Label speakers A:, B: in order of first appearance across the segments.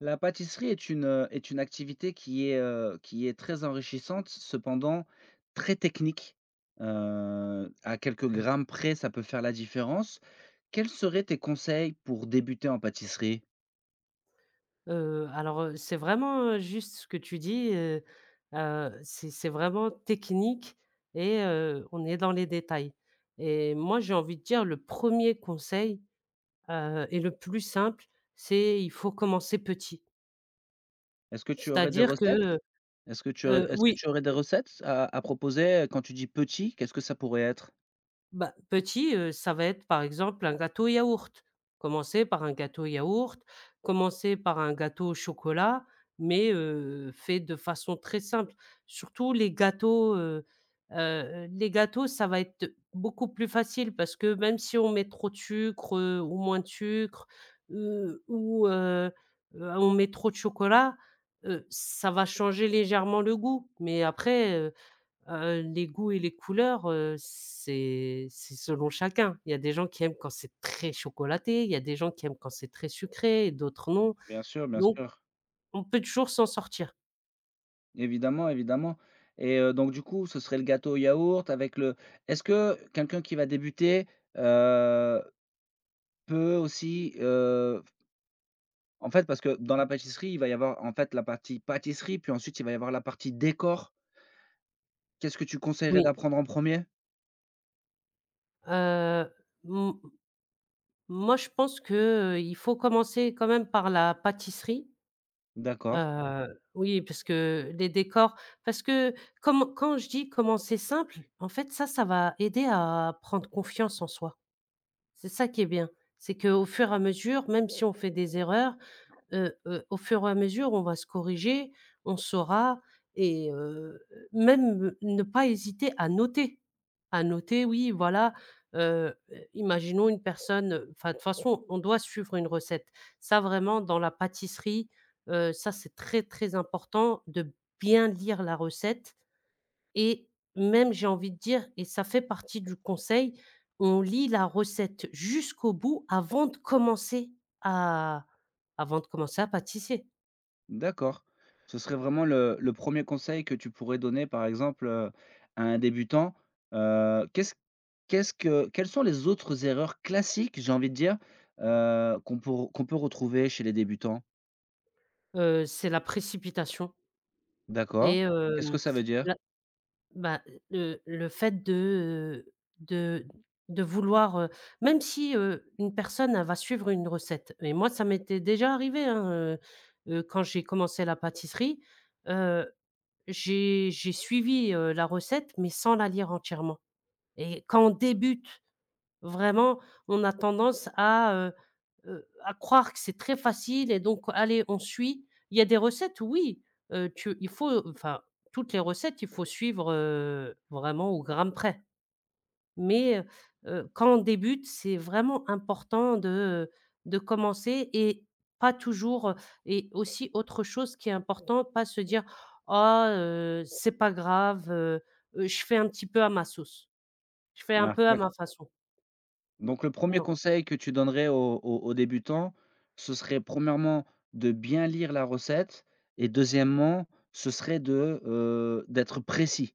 A: La pâtisserie est une activité qui est très enrichissante, cependant très technique. À quelques
B: Mmh.
A: grammes près, ça peut faire la différence. Quels seraient tes conseils pour débuter en pâtisserie?
B: Alors, c'est vraiment, juste ce que tu dis. C'est vraiment technique et on est dans les détails. Et moi, j'ai envie de dire le premier conseil, et le plus simple, c'est il faut commencer petit.
A: Est-ce que tu aurais des
B: C'est-à-dire que,
A: recettes?
B: heu
A: Est-ce que
B: oui.
A: tu aurais des recettes à proposer? Quand tu dis petit, qu'est-ce que ça pourrait être?
B: Bah, petit, ça va être, par exemple, un gâteau yaourt. Commencer par un gâteau yaourt, commencer par un gâteau au chocolat, mais fait de façon très simple. Surtout les gâteaux, ça va être beaucoup plus facile parce que même si on met trop de sucre, ou moins de sucre, ou on met trop de chocolat, ça va changer légèrement le goût. Mais après, les goûts et les couleurs, c'est selon chacun. Il y a des gens qui aiment quand c'est très chocolaté, il y a des gens qui aiment quand c'est très sucré et d'autres non.
A: Bien sûr, bien
B: Donc
A: sûr.
B: on peut toujours s'en sortir.
A: Évidemment, évidemment, et donc du coup, ce serait le gâteau au yaourt avec le, est-ce que quelqu'un qui va débuter, peut aussi, en fait, parce que dans la pâtisserie, il va y avoir, en fait, la partie pâtisserie, puis ensuite, il va y avoir la partie décor. Qu'est-ce que tu conseillerais
B: Oui,
A: d'apprendre en premier?
B: heu, m moi je pense que, il faut commencer quand même par la pâtisserie,
A: D'accord,
B: heu, oui, parce que les décors parce que comme quand je dis commencer simple, en fait ça, ça va aider à prendre confiance en soi. C'est ça qui est bien, c'est qu'au fur et à mesure, même si on fait des erreurs, au fur et à mesure, on va se corriger, on saura et même, ne pas hésiter à noter. À noter, oui, voilà, heu, imaginons une personne, enfin, de toute façon, on doit suivre une recette. Ça, vraiment, dans la pâtisserie, ça, c'est très, très important de bien lire la recette et même, j'ai envie de dire et ça fait partie du conseil, on lit la recette jusqu'au bout à avant de commencer à pâtisser.
A: d'accord. Ce serait vraiment le premier conseil que tu pourrais donner, par exemple, à un débutant. Heu, qu'est-ce Qu'est-ce que, quelles sont les autres erreurs classiques, j'ai envie de dire, qu'on peut retrouver chez les débutants?
B: C'est la précipitation
A: D'accord.
B: et
A: Qu'est-ce que
B: hem,
A: ça veut dire?
B: la bah, le fait de, de de vouloir, même si, une personne, elle va suivre une recette et moi, ça m'était déjà arrivé, hein, quand j'ai commencé la pâtisserie, heu, j'ai suivi, la recette mais sans la lire entièrement et quand on débute. Vraiment, on a tendance à croire que c'est très facile et donc allez, on suit. Il y a des recettes, oui, tu il faut enfin, toutes les recettes, il faut suivre, vraiment au gramme près. Mais, quand on débute, c'est vraiment important de commencer et pas toujours, et aussi autre chose qui est important, pas se dire: «Ah, c'est pas grave, je fais un petit peu à ma sauce, je fais un
A: Ah,
B: peu à ma
A: d'accord.
B: façon».
A: Donc le premier
B: Non.
A: conseil que tu donnerais aux débutants, ce serait premièrement de bien lire la recette et deuxièmement, ce serait de, d'être précis.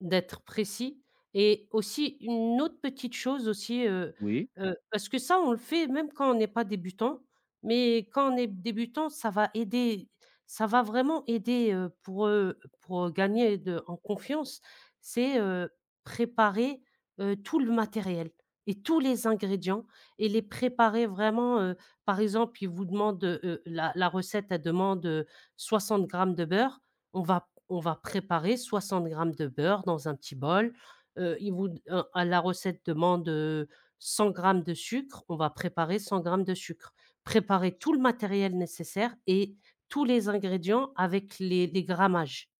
B: D'être précis et aussi une autre petite chose aussi,
A: Oui,
B: parce que ça on le fait même quand on n'est pas débutant, mais quand on est débutant, ça va vraiment aider, pour gagner de en confiance. C'est, préparer, tout le matériel et tous les ingrédients et les préparer vraiment, par exemple, la recette, elle demande, 60 grammes de beurre, on va préparer 60 grammes de beurre dans un petit bol. Il vous d à la recette demande, 100 g de sucre. On va préparer 100 grammes de sucre. Préparer tout le matériel nécessaire et tous les ingrédients avec les grammages.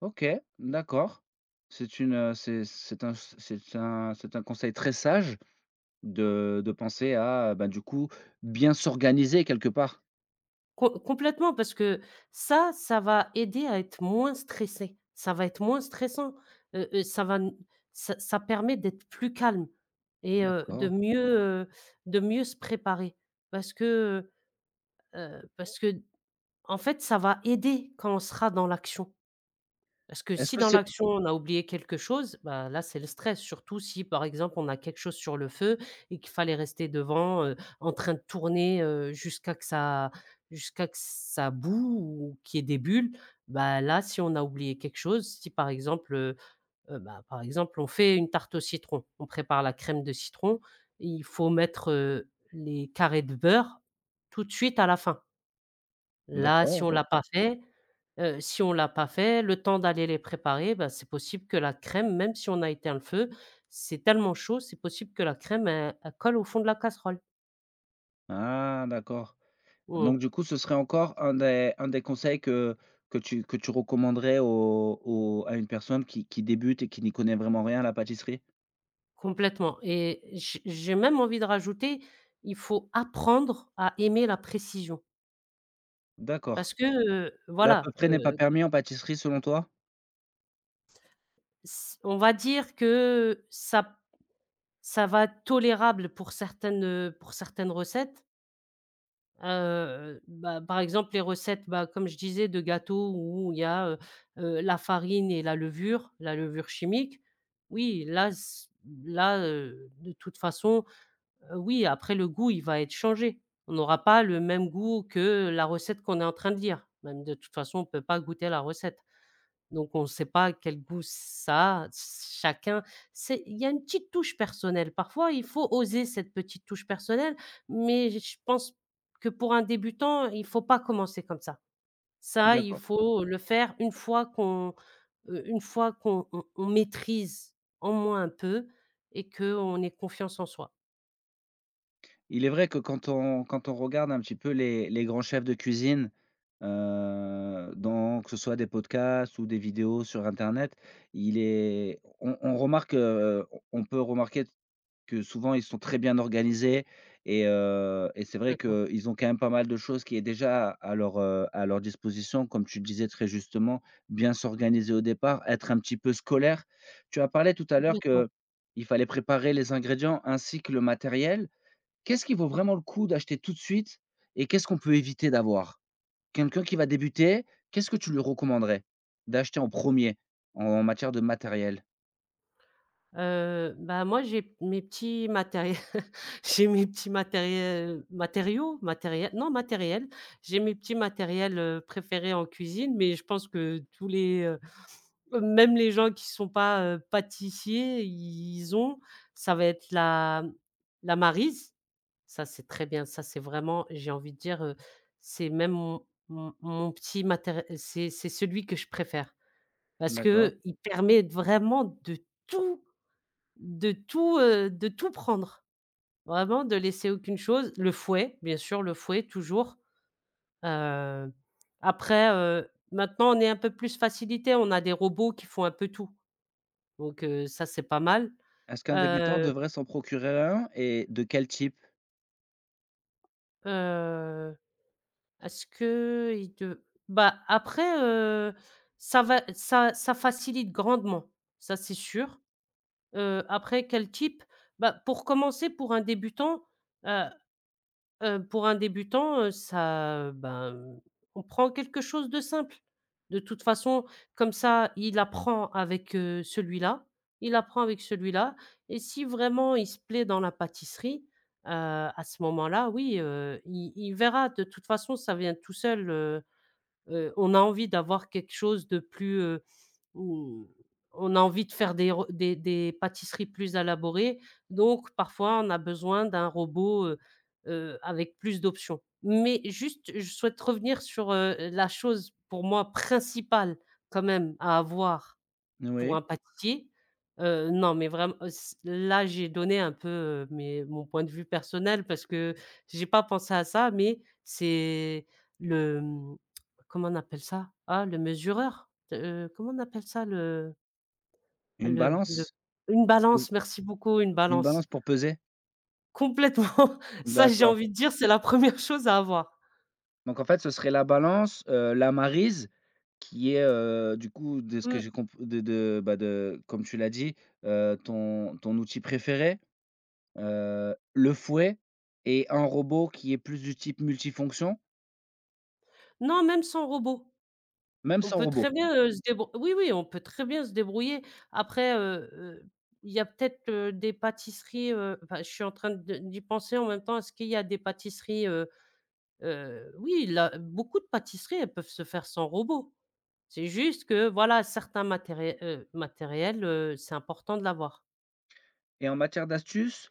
A: OK, d'accord. C'est une, c'est un conseil très sage de penser à, bah, du coup, bien s'organiser quelque part.
B: Complètement parce que ça va aider à être moins stressé. Ça va être moins stressant. Ça va n ça ça permet d'être plus calme et
A: D'accord.
B: de mieux se préparer parce que, parce que, en fait, ça va aider quand on sera dans l'action. Parce que
A: Est-ce
B: si
A: que
B: dans
A: c'est
B: l'action, on a oublié quelque chose, bah, là, c'est le stress. Surtout si, par exemple, on a quelque chose sur le feu et qu'il fallait rester devant, en train de tourner, jusqu'à que ça bout ou qu'il y ait des bulles. Bah, là, si on a oublié quelque chose, si par exemple, bah, par exemple, on fait une tarte au citron, on prépare la crème de citron, il faut mettre, les carrés de beurre tout de suite à la fin. Là, si
A: D'accord,
B: on l'a pas fait, si on l'a pas fait, le temps d'aller les préparer, bah, c'est possible que la crème, même si on a éteint le feu, c'est tellement chaud, c'est possible que la crème, elle colle au fond de la casserole.
A: ah d'accord.
B: Mmh,
A: Donc du coup, ce serait encore un des conseils que que tu recommanderais au à une personne qui débute et qui n'y connaît vraiment rien à la pâtisserie?
B: complètement et j'ai même envie de rajouter, il faut apprendre à aimer la précision
A: D'accord.
B: parce que,
A: L'à peu
B: voilà,
A: près n'est pas permis en pâtisserie selon toi?
B: s on va dire que ça ça va être tolérable pour certaines recettes. Bah, par exemple, les recettes, bah, comme je disais, de gâteaux où il y a, la farine et la levure chimique. Oui, là, de toute façon, oui, après le goût, il va être changé. On n'aura pas le même goût que la recette qu'on est en train de dire. Même de toute façon, on ne peut pas goûter la recette. Donc on ne sait pas quel goût ça a. Chacun c'est il y a une petite touche personnelle. Parfois, il faut oser cette petite touche personnelle, mais je pense que pour un débutant, il faut pas commencer comme ça. Ça, il
A: D'accord.
B: faut le faire une fois qu'on on maîtrise en moins un peu et qu'on ait confiance en soi.
A: Il est vrai que quand on regarde un petit peu les grands chefs de cuisine, dans que ce soit des podcasts ou des vidéos sur internet, il est on remarque, on peut remarquer que souvent, ils sont très bien organisés, et c'est vrai
B: Complètement,
A: qu'ils ont quand même pas mal de choses qui est déjà à leur disposition. Comme tu disais très justement, bien s'organiser au départ, être un petit peu scolaire. Tu as parlé tout à l'heure que
B: complètement.
A: il fallait préparer les ingrédients ainsi que le matériel. Qu'est-ce qui vaut vraiment le coup d'acheter tout de suite et qu'est-ce qu'on peut éviter d'avoir? Quelqu'un qui va débuter, qu'est-ce que tu lui recommanderais d'acheter en premier en matière de matériel?
B: Bah, moi, j'ai mes petits matérie j'ai mes petits matériels. Matériaux? Matériels? Non, matériels. J'ai mes petits matériels, préférés en cuisine, mais je pense que tous les, même les gens qui sont pas, pâtissiers, ils ont. Ça va être la maryse, ça, c'est très bien. Ça, c'est vraiment, j'ai envie de dire, c'est même mon petit matérie c'est celui que je préfère parce
A: D'accord.
B: qu'il permet vraiment de tout de tout prendre, vraiment de laisser aucune chose. Le fouet, bien sûr, le fouet toujours, heu, après, maintenant on est un peu plus facilité, on a des robots qui font un peu tout, donc ça c'est pas mal.
A: Est-ce qu'un débutant
B: Heu,
A: devrait s'en procurer un et de quel type?
B: heu, est-ce qu'il te bah, après, ça ça facilite grandement, ça c'est sûr. Après quel type? Bah, pour commencer, pour un débutant, ça, ben, mmh, on prend quelque chose de simple. De toute façon, comme ça, il apprend avec, celui-là, il apprend avec celui-là et si vraiment il se plaît dans la pâtisserie, à ce moment-là, oui, il verra. De toute façon, ça vient tout seul, on a envie d'avoir quelque chose de plus, mmh, on a envie de faire des re des pâtisseries plus élaborées, donc parfois on a besoin d'un robot, avec plus d'options. Mais juste, je souhaite revenir sur, la chose pour moi principale quand même à avoir pour
A: Oui,
B: un pâtissier, non, mais vraiment, c là, j'ai donné un peu, mes mon point de vue personnel parce que j'ai pas pensé à ça, mais c'est le, mmh, comment on appelle ça? Ah, le mesureur? T Comment on appelle ça?
A: une
B: Le
A: balance?
B: une
A: Pour pes
B: balance, merci beaucoup, une
A: Une
B: balance.
A: balance pour peser?
B: Complètement, ça, j'ai
A: D'accord.
B: envie de dire, c'est la première chose à avoir.
A: Donc en fait, ce serait la balance, la maryse qui est, du coup, de ce que j'ai
B: Mmh,
A: compris bah, de comme tu l'as dit, ton outil préféré, le fouet et un robot qui est plus du type multifonction,
B: non, même sans robot.
A: même
B: On
A: sans
B: peut
A: robot.
B: très bien, se débrou oui, oui, on peut très bien se débrouiller. Après, il y a peut-être, des pâtisseries, enfin, je suis en train de d'y penser en même temps. Est-ce qu'il y a des pâtisseries, oui, là, beaucoup de pâtisseries, elles peuvent se faire sans robot. C'est juste que, voilà, certains matériels, c'est important de l'avoir.
A: Et en matière d'astuces,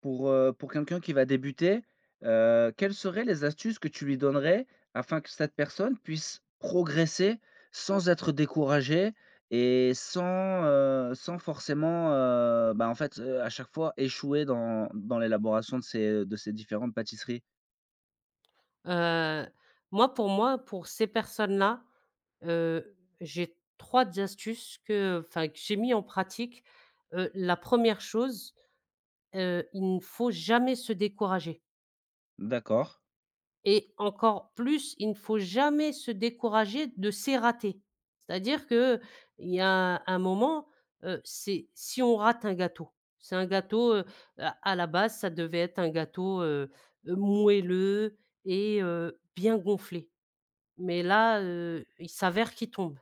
A: pour, pour quelqu'un qui va débuter, quelles seraient les astuces que tu lui donnerais afin que cette personne puisse progresser sans être découragée et sans, sans forcément, bah, en fait, à chaque fois échouer dans l'élaboration de ces différentes pâtisseries?
B: Heu, Moi, pour moi, pour ces personnes-là, j'ai 3 astuces que, enfin, que j'ai mis en pratique. La première chose. Il ne faut jamais se décourager
A: D'accord.
B: et encore plus, il ne faut jamais se décourager de ses ratés. C'est-à-dire que il y a un moment, c'est si on rate un gâteau, c'est un gâteau, à la base, ça devait être un gâteau, moelleux et bien gonflé. Mais là, il s'avère qu'il tombe.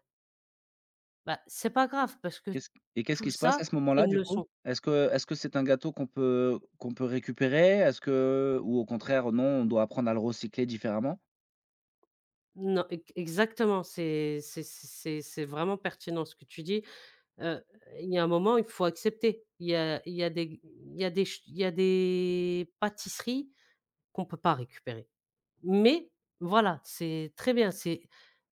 B: Bah, c'est pas grave parce que
A: Qu'est-ce Et qu'est-ce
B: tout
A: qui se passe à
B: ça,
A: ce
B: c'est
A: moment-là,
B: une
A: du coup?
B: leçon.
A: Est-ce que c'est un gâteau qu'on peut récupérer? Est-ce que, ou au contraire non, on doit apprendre à le recycler différemment?
B: Non, e exactement, c'est vraiment pertinent ce que tu dis. Heu, il y a un moment, il faut accepter. Il y a des il y a des ch il y a des pâtisseries qu'on peut pas récupérer. Mais voilà, c'est très bien, c'est,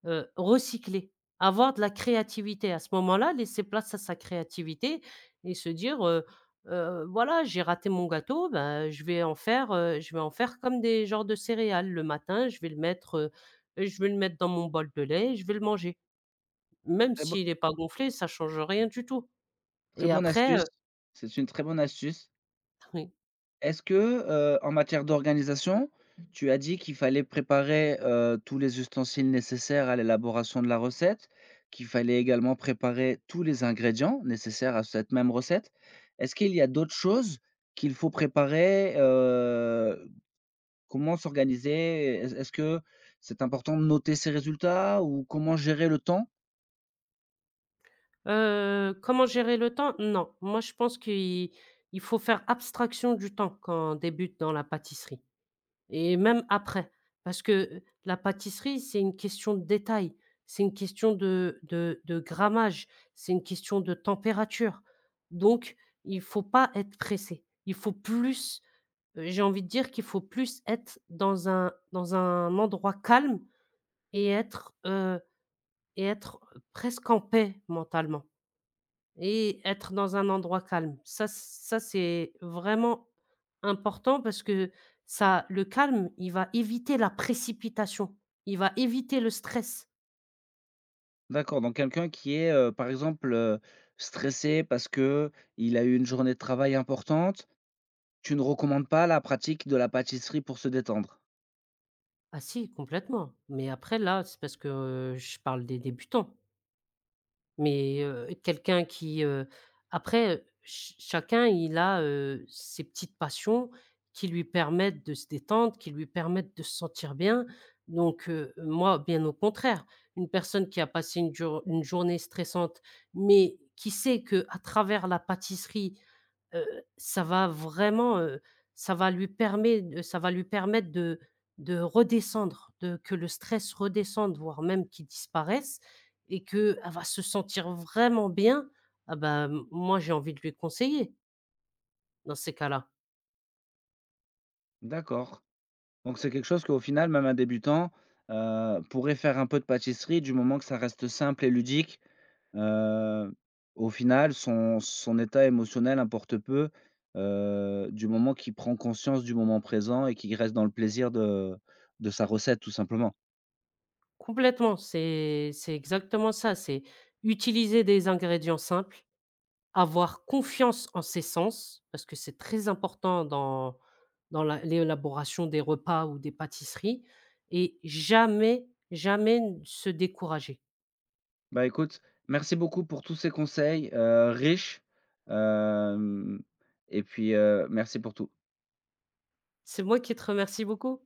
B: recycler, avoir de la créativité. À ce moment-là, laisser place à sa créativité et se dire, «Voilà, j'ai raté mon gâteau, ben je vais en faire, je vais en faire comme des genres de céréales. Le matin, je vais le mettre, je vais le mettre dans mon bol de lait et je vais le manger». Même s'il est pas gonflé, ça change rien du tout.
A: Très
B: Et
A: bonne
B: après,
A: astuce, c'est une très bonne astuce.
B: oui.
A: Est-ce que, en matière d'organisation, tu as dit qu'il fallait préparer, tous les ustensiles nécessaires à l'élaboration de la recette, qu'il fallait également préparer tous les ingrédients nécessaires à cette même recette. Est-ce qu'il y a d'autres choses qu'il faut préparer? Comment s'organiser? Est-ce que c'est important de noter ses résultats ou comment gérer le temps?
B: Comment gérer le temps? Non, moi je pense qu'il il faut faire abstraction du temps quand on débute dans la pâtisserie et même après. Parce que, la pâtisserie, c'est une question de détail, c'est une question de grammage, c'est une question de température. Donc il faut pas être pressé. Il faut plus, j'ai envie de dire qu'il faut plus être dans un endroit calme et être, et être presque en paix mentalement et être dans un endroit calme. Ça c'est vraiment important parce que ça le calme, il va éviter la précipitation, il va éviter le stress.
A: D'accord, donc quelqu'un qui est, par exemple, stressé parce que il a eu une journée de travail importante, tu ne recommandes pas la pratique de la pâtisserie pour se détendre?
B: Ah si, complètement, mais après là, c'est parce que, je parle des débutants. Mais, quelqu'un qui, après, ch chacun il a, ses petites passions qui lui permettent de se détendre, qui lui permettent de se sentir bien. Donc, moi, bien au contraire, une personne qui a passé une journée stressante, mais qui sait que à travers la pâtisserie, Heu, ça va vraiment, ça va lui permettre de redescendre, de que le stress redescende, voire même qu'il disparaisse et qu'elle va se sentir vraiment bien. Ah bah, m moi, j'ai envie de lui conseiller dans ces cas-là.
A: D'accord, donc c'est quelque chose qu'au final, même un débutant, pourrait faire un peu de pâtisserie du moment que ça reste simple et ludique. Heu, Au final, son état émotionnel importe peu, du moment qu'il prend conscience du moment présent et qu'il reste dans le plaisir de sa recette, tout simplement.
B: Complètement, c'est exactement ça, c'est utiliser des ingrédients simples. Avoir confiance en ses sens, parce que c'est très important dans dans la l'élaboration des repas ou des pâtisseries et jamais, jamais se décourager.
A: Bah, écoute, merci beaucoup pour tous ces conseils, riches, hem et puis, merci pour tout.
B: C'est moi qui te remercie beaucoup.